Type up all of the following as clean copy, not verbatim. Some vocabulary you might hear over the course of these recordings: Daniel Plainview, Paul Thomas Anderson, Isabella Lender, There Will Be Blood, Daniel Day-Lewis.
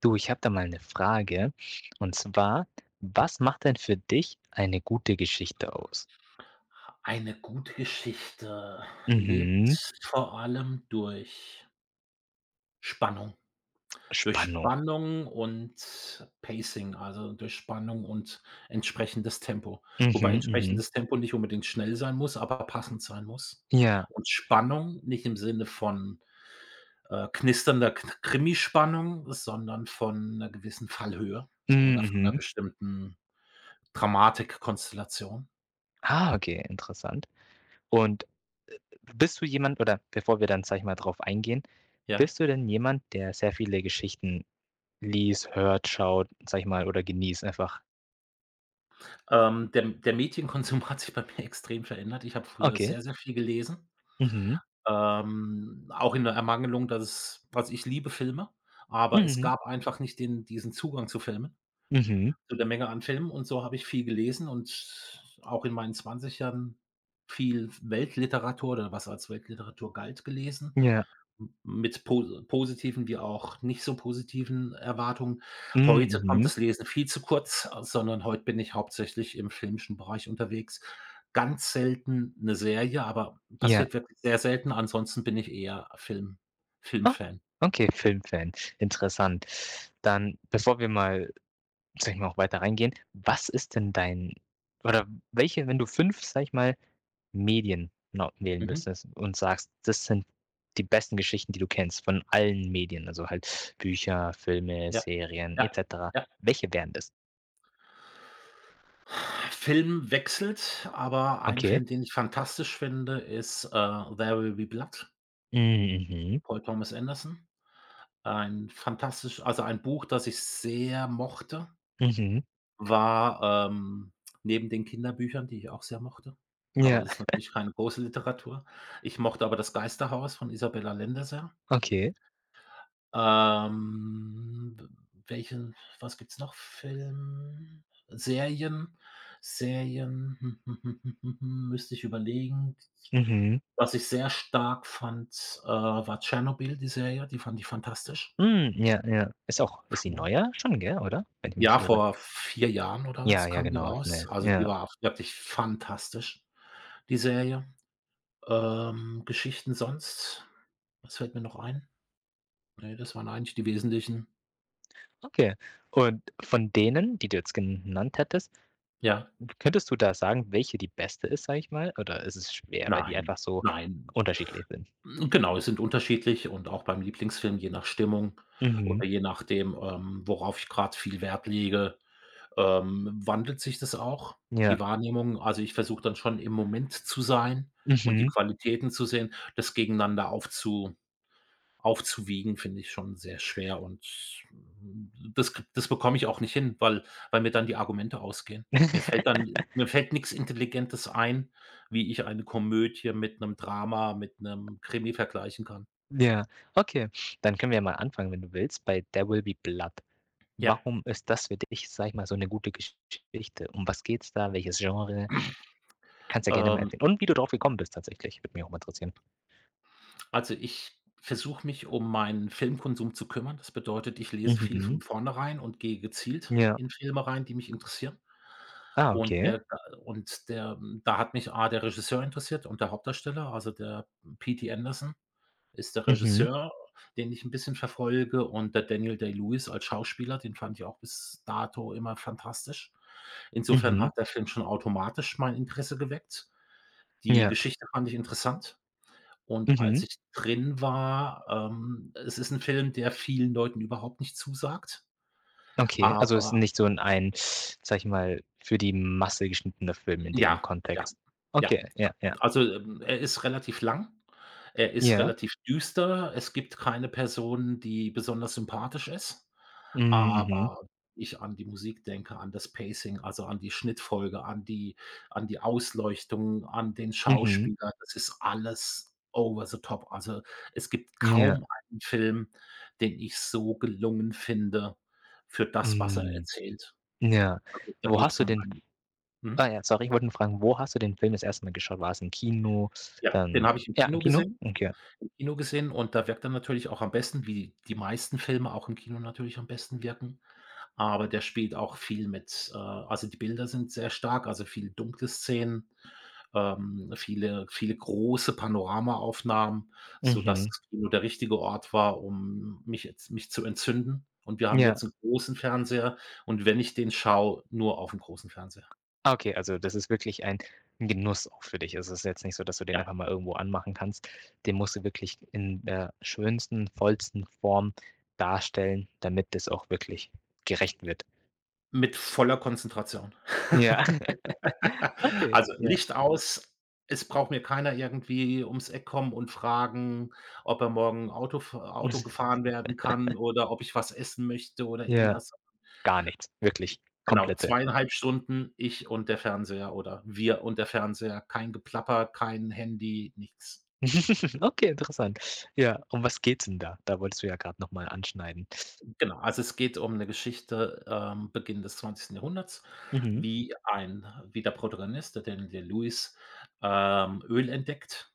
Du, ich habe da mal eine Frage. Und zwar, was macht denn für dich eine gute Geschichte aus? Eine gute Geschichte lebt Mhm. vor allem durch Spannung. Durch Spannung. Spannung und Pacing, also durch Spannung und entsprechendes Tempo. Wobei Mhm, mhm. entsprechendes Tempo nicht unbedingt schnell sein muss, aber passend sein muss. Ja. Und Spannung nicht im Sinne von knisternder K Krimispannung, sondern von 'ner gewissen Fallhöhe Hm, oder von 'ner mhm. bestimmten Dramatikkonstellation, Ah, okay, interessant. Und bist du jemand oder bevor wir dann, sage ich mal, drauf eingehen, ja? bist du denn jemand, der sehr viele Geschichten liest, hört, schaut, sage ich mal, oder genießt einfach? Der Medienkonsum hat sich bei mir extrem verändert. Ich habe früher Okay. sehr, sehr viel gelesen, Mhm. Auch in der Ermangelung, dass es also, ich liebe Filme, aber es Mhm. gab einfach nicht den diesen Zugang zu Filmen, Mhm. zu der Menge an Filmen, und so habe ich viel gelesen und auch in meinen 20ern viel Weltliteratur oder was als Weltliteratur galt, gelesen, Ja. m mit po positiven wie auch nicht so positiven Erwartungen. Hm, Heute kommt mhm. das Lesen viel zu kurz, sondern heute bin ich hauptsächlich im filmischen Bereich unterwegs. Ganz selten eine Serie, aber Ja. passiert wirklich sehr selten. Ansonsten bin ich eher Film Ah, Filmfan. okay, Filmfan, interessant. Dann, bevor wir mal, sage ich mal, auch weiter reingehen, was ist denn dein oder welche, wenn du 5, sage ich mal, Medien na wählen Mhm. müsstest und sagst: „Das sind die besten Geschichten, die du kennst von allen Medien“, also halt Bücher, Filme, Ja, Serien ja, et cetera. ja. Welche wären das? Film wechselt, aber ein Okay. Film, den ich fantastisch finde, ist „There Will Be Blood", Hm, mhm, Paul Thomas Anderson. Ein Buch, das ich sehr mochte, mhm. war, neben den Kinderbüchern, die ich auch sehr mochte, aber Ja, das ist natürlich keine große Literatur. Ich mochte aber das Geisterhaus von Isabella Lender sehr. okay. W welchen Was gibt's noch? Serien müsste ich überlegen. Mhm. Was ich sehr stark fand, war „Tschernobyl", die Serie, die fand ich fantastisch. Hm, ja, ja. Ist auch ist sie Ja. neuer schon, gell, oder? Wenn ich mich nicht Ja, irre. vor 4 Jahren oder Ja, was ja, kam die genau, raus. ne, Also, die ja. war wirklich fantastisch, die Serie. Geschichten sonst? Was fällt mir noch ein? Ne, das waren eigentlich die wesentlichen. Okay. Und von denen, die du jetzt genannt hättest, Ja. könntest du da sagen, welche die beste ist, sage ich mal? Oder ist es schwer, weil die Nein, einfach so nein. unterschiedlich sind? Genau, es sind unterschiedlich, und auch beim Lieblingsfilm, je nach Stimmung Mhm. oder je nachdem, worauf ich gerade viel Wert lege, wandelt sich das auch, die Ja. Wahrnehmung. Also, ich versuche dann schon im Moment zu sein und die Mhm. Qualitäten zu sehen, das gegeneinander aufzuwiegen, finde ich schon sehr schwer, und das bekomme ich auch nicht hin, weil mir dann die Argumente ausgehen. Mir fällt nix Intelligentes ein, wie ich eine Komödie mit 'nem Drama, mit 'nem Krimi vergleichen kann. Ja. Okay. Dann können wir ja mal anfangen, wenn du willst, bei There Will Be Blood. Ja, Warum ist das für dich, sage ich mal, so eine gute Geschichte? Um was geht's da? Welches Genre? Kannst ja gerne mal ähm, erzählen. Und wie du drauf gekommen bist tatsächlich, würde mich auch mal interessieren. also, ich versuche, mich um meinen Filmkonsum zu kümmern. Das bedeutet, ich lese viel von Mhm. vornherein und gehe gezielt Ja. in Filme rein, die mich interessieren. Ah, Und okay. der und der da hat mich A, der Regisseur, interessiert und der Hauptdarsteller, also der P.T. Anderson. Ist der Mhm. Regisseur, den ich 'n bisschen verfolge, und der Daniel Day-Lewis als Schauspieler, den fand ich auch bis dato immer fantastisch. Insofern Mhm. hat der Film schon automatisch mein Interesse geweckt. Die Ja. Geschichte fand ich interessant, und als Mhm. ich drin war, es ist 'n Film, der vielen Leuten überhaupt nicht zusagt, Okay, also es ist aber nicht so ein, sage ich mal, für die Masse geschnittener Film in dem Ja, ja, Kontext. ja, Okay, ja, ja. ja. Also, er ist relativ lang, er ist Ja. relativ düster. Es gibt keine Person, die besonders sympathisch ist, Mhm, aber ich an die Musik denke, an das Pacing, also an die Schnittfolge, an die Ausleuchtung, an den mhm, mhm. Schauspieler. Das ist alles over the top. Also, es gibt Ja, kaum einen Film, den ich so gelungen finde für das, was er mhm, erzählt. ja. Also, da Wo geht's hast du um den einen. ah Mhm. ja, sorry, ich wollte nur fragen, wo hast du den Film das erste Mal geschaut? War es im Kino? Ja, den Dann habe ich im ja, im Kino Kino? gesehen, Okay. Und da wirkt er natürlich auch am besten, wie die meisten Filme auch im Kino natürlich am besten wirken. Aber der spielt auch viel mit also die Bilder sind sehr stark, also viel dunkle Szenen, viele große Panoramaaufnahmen, sodass Mhm. das Kino der richtige Ort war, um mich jetzt mich zu entzünden. Und wir haben Ja. jetzt 'n großen Fernseher, und wenn ich den schaue, nur aufm großen Fernseher. Ah, okay, also das ist wirklich ein 'n Genuss auch für dich. Es ist jetzt nicht so, dass du den Ja, einfach mal irgendwo anmachen kannst. Den musst du wirklich in der schönsten, vollsten Form darstellen, damit das auch wirklich gerecht wird. mit voller Konzentration. Ja, okay, Also, ja. Licht aus, es braucht mir keiner irgendwie ums Eck kommen und fragen, ob er morgen Auto gefahren werden kann oder ob ich was essen möchte oder Ja, irgendwas. gar nichts, wirklich Genau, komplette. zweieinhalb Stunden ich und der Fernseher oder wir und der Fernseher. Kein Geplapper, kein Handy, nichts. Okay, interessant. Ja, um was geht's denn da? Da wolltest du ja gerade noch mal anschneiden. Genau, also es geht um eine Geschichte, Beginn des 20. Jahrhunderts, Mhm, wie ein wie der Protagonist, der Daniel Lewis, Öl entdeckt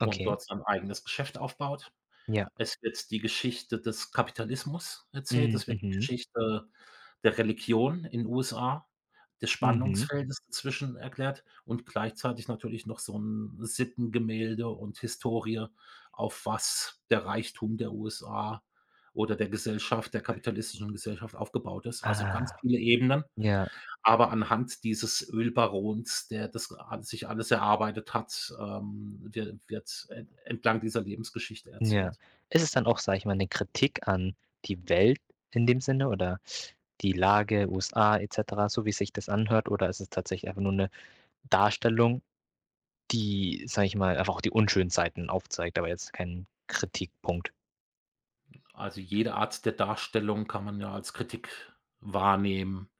und okay, dort sein eigenes Geschäft aufbaut. ja. Es wird die Geschichte des Kapitalismus erzählt, Hm, es wird die mhm, Geschichte der Religion in USA, des mhm. Spannungsfeldes dazwischen erklärt und gleichzeitig natürlich noch so 'n Sittengemälde und Historie, auf was der Reichtum der USA oder der Gesellschaft, der kapitalistischen Gesellschaft, aufgebaut ist. Also, ganz Ah, viele Ebenen, ja. aber anhand dieses Ölbarons, der das a sich alles erarbeitet hat, wird en entlang dieser Lebensgeschichte Ja. erzählt. Ist es dann auch, sage ich mal, 'ne Kritik an die Welt in dem Sinne oder die Lage, USA et cetera, so wie sich das anhört? Oder ist es tatsächlich einfach nur 'ne Darstellung, die, sage ich mal, einfach auch die unschönen Seiten aufzeigt, aber jetzt kein Kritikpunkt? Also, jede Art der Darstellung kann man ja als Kritik wahrnehmen,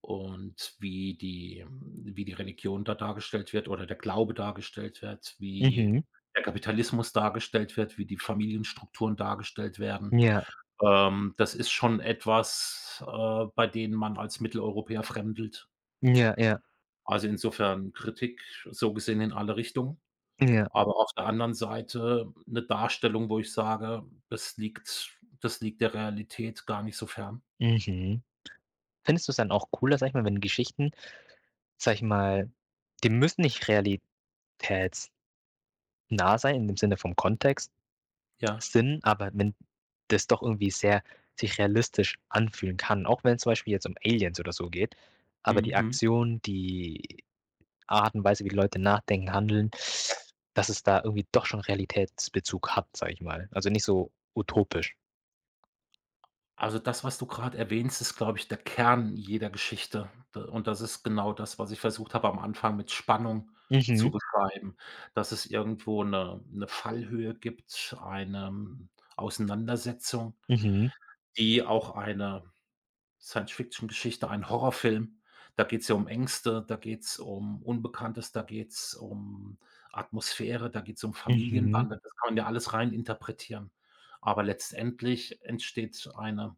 und wie die Religion da dargestellt wird oder der Glaube dargestellt wird, wie Mhm. der Kapitalismus dargestellt wird, wie die Familienstrukturen dargestellt werden. Ja, Das ist schon etwas, bei denen man als Mitteleuropäer fremdelt. ja, ja, Also, insofern Kritik so gesehen in alle Richtungen. ja. Aber auf der anderen Seite eine Darstellung, wo ich sage, das liegt der Realität gar nicht so fern. Mhm. Findest du's dann auch cooler, sage ich mal, wenn Geschichten, sage ich mal die müssen nicht realitätsnah sein in dem Sinne vom Kontext, Ja. Sinn, aber wenn das doch irgendwie sehr sich realistisch anfühlen kann, auch wenn's zum Beispiel jetzt um Aliens oder so geht. Aber die Mhm. Aktion, die Art und Weise, wie die Leute nachdenken, handeln, Ja. dass es da irgendwie doch schon Realitätsbezug hat, sage ich mal. Also nicht so utopisch. Also, das, was du gerade erwähnst, ist, glaube ich, der Kern jeder Geschichte. D und das ist genau das, was ich versucht habe, am Anfang mit Spannung Mhm, zu beschreiben, dass es irgendwo eine 'ne Fallhöhe gibt, eine, Auseinandersetzung, mhm, die auch eine Science-Fiction-Geschichte, ein Horrorfilm. Da geht's ja um Ängste, da geht's um Unbekanntes, da geht's um Atmosphäre, da geht's um mhm. Familienbande. Das kann man ja alles rein interpretieren. Aber letztendlich entsteht eine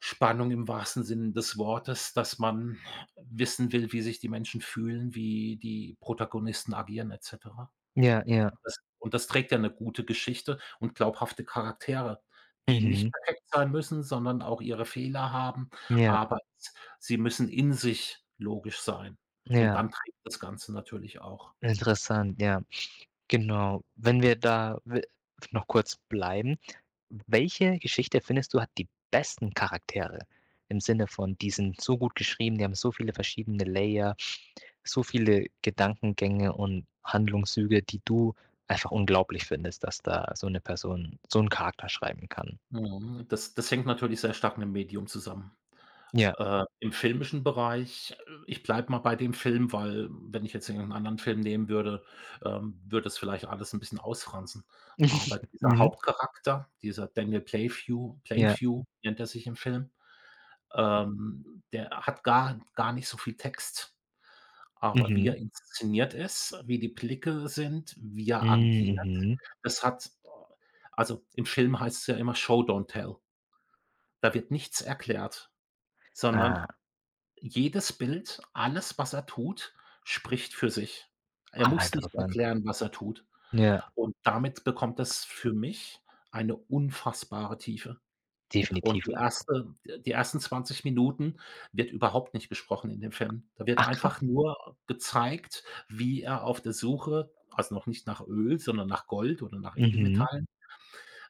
Spannung im wahrsten Sinne des Wortes, dass man wissen will, wie sich die Menschen fühlen, wie die Protagonisten agieren, et cetera. Ja, ja. Das trägt ja eine gute Geschichte und glaubhafte Charaktere, die nicht Mhm. perfekt sein müssen, sondern auch ihre Fehler haben, Ja, aber s sie müssen in sich logisch sein. Und ja. dann trägt das Ganze natürlich auch. Interessant, ja. Genau. Wenn wir da we noch kurz bleiben, welche Geschichte findest du, hat die besten Charaktere? Im Sinne von, die sind so gut geschrieben, die haben so viele verschiedene Layer, so viele Gedankengänge und Handlungszüge, die du einfach unglaublich findest, dass da so eine Person so einen Charakter schreiben kann. Mhm. Das hängt natürlich sehr stark mit dem Medium zusammen. Ja. Im filmischen Bereich ich bleibe mal bei dem Film, weil, wenn ich jetzt irgend anderen Film nehmen würde, würde das vielleicht alles 'n bisschen ausfransen. Aber dieser Mhm. Hauptcharakter, dieser Daniel Playview Ja. Plainview nennt er sich im Film. Der hat gar nicht so viel Text, aber wie er Mhm. inszeniert ist, wie die Blicke sind, wie Hm, er agiert, mhm. das hat also im Film heißt es ja immer „Show don't tell". Da wird nichts erklärt, sondern Ah. jedes Bild, alles, was er tut, spricht für sich. Er Ah, muss nicht interessant. erklären, was er tut. Ja, Und damit bekommt das für mich eine unfassbare Tiefe. Und definitiv. die ersten 20 Minuten wird überhaupt nicht gesprochen in dem Film. Da wird Ach krass. einfach nur gezeigt, wie er auf der Suche, also noch nicht nach Öl, sondern nach Gold oder nach Mhm. Edelmetallen,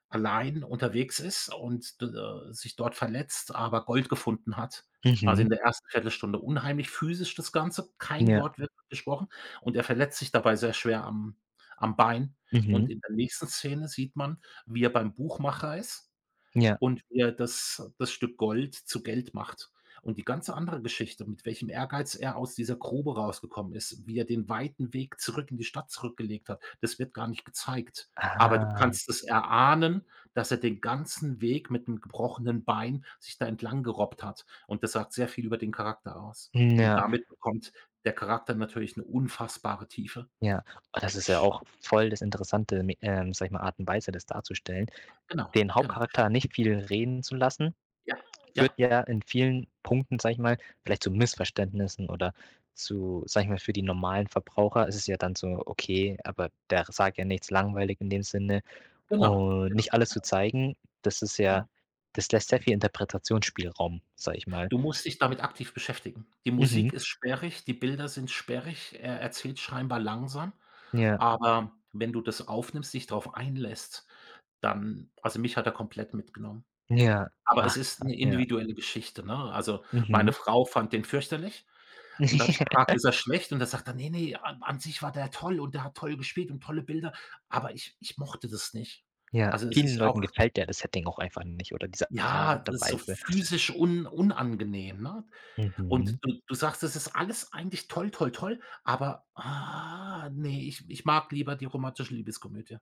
allein unterwegs ist und sich dort verletzt, aber Gold gefunden hat. Also, Mhm. in der ersten Viertelstunde unheimlich physisch das Ganze, kein Ja. Wort wird gesprochen, und er verletzt sich dabei sehr schwer am Bein. Und Mhm. in der nächsten Szene sieht man, wie er beim Buchmacher ist Ja. und wie er das Stück Gold zu Geld macht. Und die ganze andere Geschichte, mit welchem Ehrgeiz er aus dieser Grube rausgekommen ist, wie er den weiten Weg zurück in die Stadt zurückgelegt hat, das wird gar nicht gezeigt. Aber du Ah, kannst es erahnen, dass er den ganzen Weg mit 'nem gebrochenen Bein sich da entlang gerobbt hat. Und das sagt sehr viel über den Charakter aus. hm, Und ja, damit bekommt der Charakter natürlich eine unfassbare Tiefe. ja. Ah, das ist ja Sch auch voll das interessante, me sage ich mal, Art und Weise, das darzustellen. genau, Den genau. Hauptcharakter nicht viel reden zu lassen, Ja, führt ja, ja in vielen Punkten, sage ich mal, vielleicht zu Missverständnissen oder zu sage ich mal, für die normalen Verbraucher ist es ja dann so: „Okay, aber der sagt ja nichts langweilig in dem Sinne.“ genau, Und genau, nicht alles zu zeigen, das ist ja genau. das lässt sehr viel Interpretationsspielraum, sage ich mal. Du musst dich damit aktiv beschäftigen. Die Mhm. Musik ist sperrig, die Bilder sind sperrig, er erzählt scheinbar langsam, Ja, aber wenn du das aufnimmst, dich drauf einlässt, dann, also, mich hat er komplett mitgenommen. ja. Aber es Ach ist krass, 'ne ja. individuelle Geschichte, ne? Also, meine Mhm. Frau fand den fürchterlich, und da habe ich gefragt: „Ist er schlecht?" Und da sagt er: „Ne, ne, an sich war der toll und der hat toll gespielt und tolle Bilder, aber ich mochte das nicht." Ja, Also, es vielen ist auch, Leuten gefällt ja das Setting auch einfach nicht oder diese ja, Art das der ist so Weise. physisch un unangenehm, ne? Mhm. Und du sagst, das ist alles eigentlich toll, toll, toll, aber, ah, ne, ich mag lieber die romantische Liebeskomödie.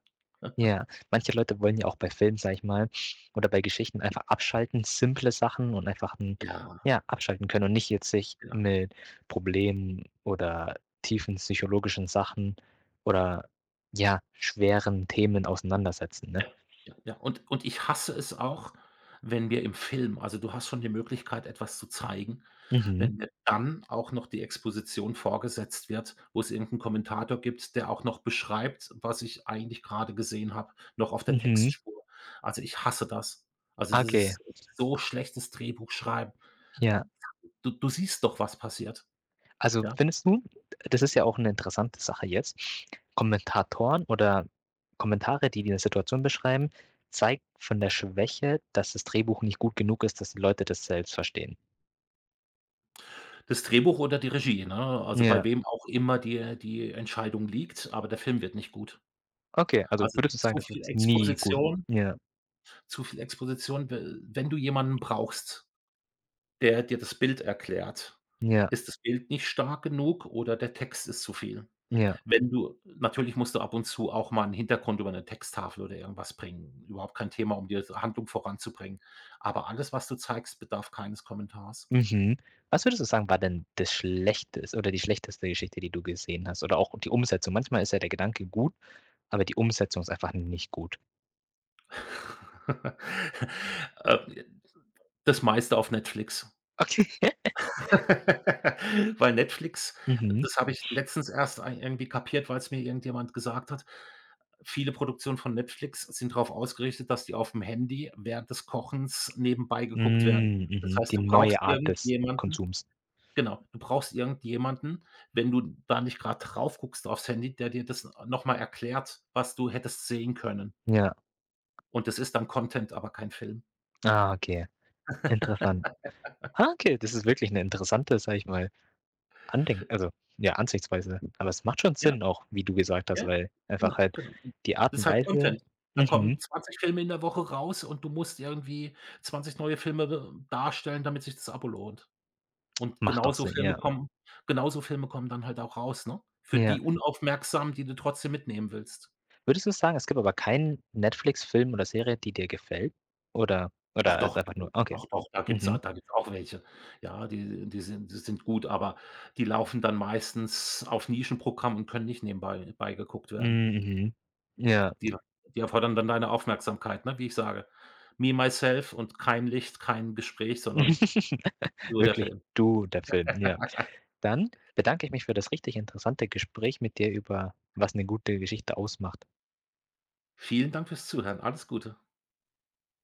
Ja, manche Leute wollen ja auch bei Filmen, sage ich mal, oder bei Geschichten einfach abschalten, simple Sachen und einfach 'n Ja, ja, abschalten können und nicht jetzt sich genau. mit Problemen oder tiefen psychologischen Sachen oder, ja, schweren Themen auseinandersetzen, ne? Ja, ja, ja. Und ich hasse es auch, wenn wir im Film also, du hast schon die Möglichkeit, etwas zu zeigen, Mhm, wenn mir dann auch noch die Exposition vorgesetzt wird, wo es irgendeinen Kommentator gibt, der auch noch beschreibt, was ich eigentlich gerade gesehen habe, noch auf der mhm. Textspur. Also, ich hasse das. Also, das Okay, ist so schlechtes Drehbuchschreiben. ja. Du siehst doch, was passiert, Also ja? findest du, das ist ja auch eine interessante Sache jetzt, Kommentatoren oder Kommentare, die 'ne Situation beschreiben, zeigt von der Schwäche, dass das Drehbuch nicht gut genug ist, dass die Leute das selbst verstehen. Das Drehbuch oder die Regie, ne? Also, bei Ja, wem auch immer die Entscheidung liegt, aber der Film wird nicht gut. okay, also Also, würdest du sagen, zu das viel ist nie gut? Exposition, Ja, zu viel Exposition. We wenn du jemanden brauchst, der dir das Bild erklärt, ja, ist das Bild nicht stark genug oder der Text ist zu viel. ja. Wenn du natürlich musst du ab und zu auch mal einen Hintergrund über eine Texttafel oder irgendwas bringen, überhaupt kein Thema, um die Handlung voranzubringen. Aber alles, was du zeigst, bedarf keines Kommentars. Mhm. Was würdest du sagen, war denn das Schlechteste oder die schlechteste Geschichte, die du gesehen hast oder auch die Umsetzung? Manchmal ist ja der Gedanke gut, aber die Umsetzung ist einfach nicht gut. Äh, das meiste auf Netflix. Okay. Weil Netflix Mhm. das habe ich letztens erst ei irgendwie kapiert, weil es mir irgendjemand gesagt hat. Viele Produktionen von Netflix sind darauf ausgerichtet, dass die auf dem Handy während des Kochens nebenbei geguckt werden. Hm, Das mhm, die heißt, neue Art des Konsums. Du brauchst irgendjemanden, wenn du da nicht gerade drauf guckst aufs Handy, der dir das noch mal erklärt, was du hättest sehen können. Ja, Und das ist dann Content, aber kein Film. ah, okay, interessant. Ah, okay, das ist wirklich eine interessante, sag ich mal, Andenk also, ja, Ansichtsweise. Aber es macht schon Ja, Sinn auch, wie du gesagt hast, ja. weil einfach Genau, halt genau. die Art Das und ist halt Weise Content. Da kommen mhm, 20 Filme in der Woche raus, und du musst irgendwie 20 neue Filme d darstellen, damit sich das Abo lohnt. Und macht auch Sinn, ja. Genauso Filme kommen dann halt auch raus, ne? Für Ja. die Unaufmerksamen, die du trotzdem mitnehmen willst. Würdest du sagen, es gibt aber keinen Netflix-Film oder Serie, die dir gefällt? Oder Doch, oder ist doch, einfach nur okay. doch, doch, da Mhm. gibt's auch welche. Ja, die sind gut, aber die laufen dann meistens auf Nischenprogramm und können nicht nebenbei beigeguckt Hm, werden. mhm. Ja. Die die erfordern dann deine Aufmerksamkeit, ne, wie ich sage. Me, myself und kein Licht, kein Gespräch, sondern nur der Wirklich Film. du, der Film, ja. Dann bedanke ich mich für das richtig interessante Gespräch mit dir über was eine gute Geschichte ausmacht. Vielen Dank fürs Zuhören. Alles Gute.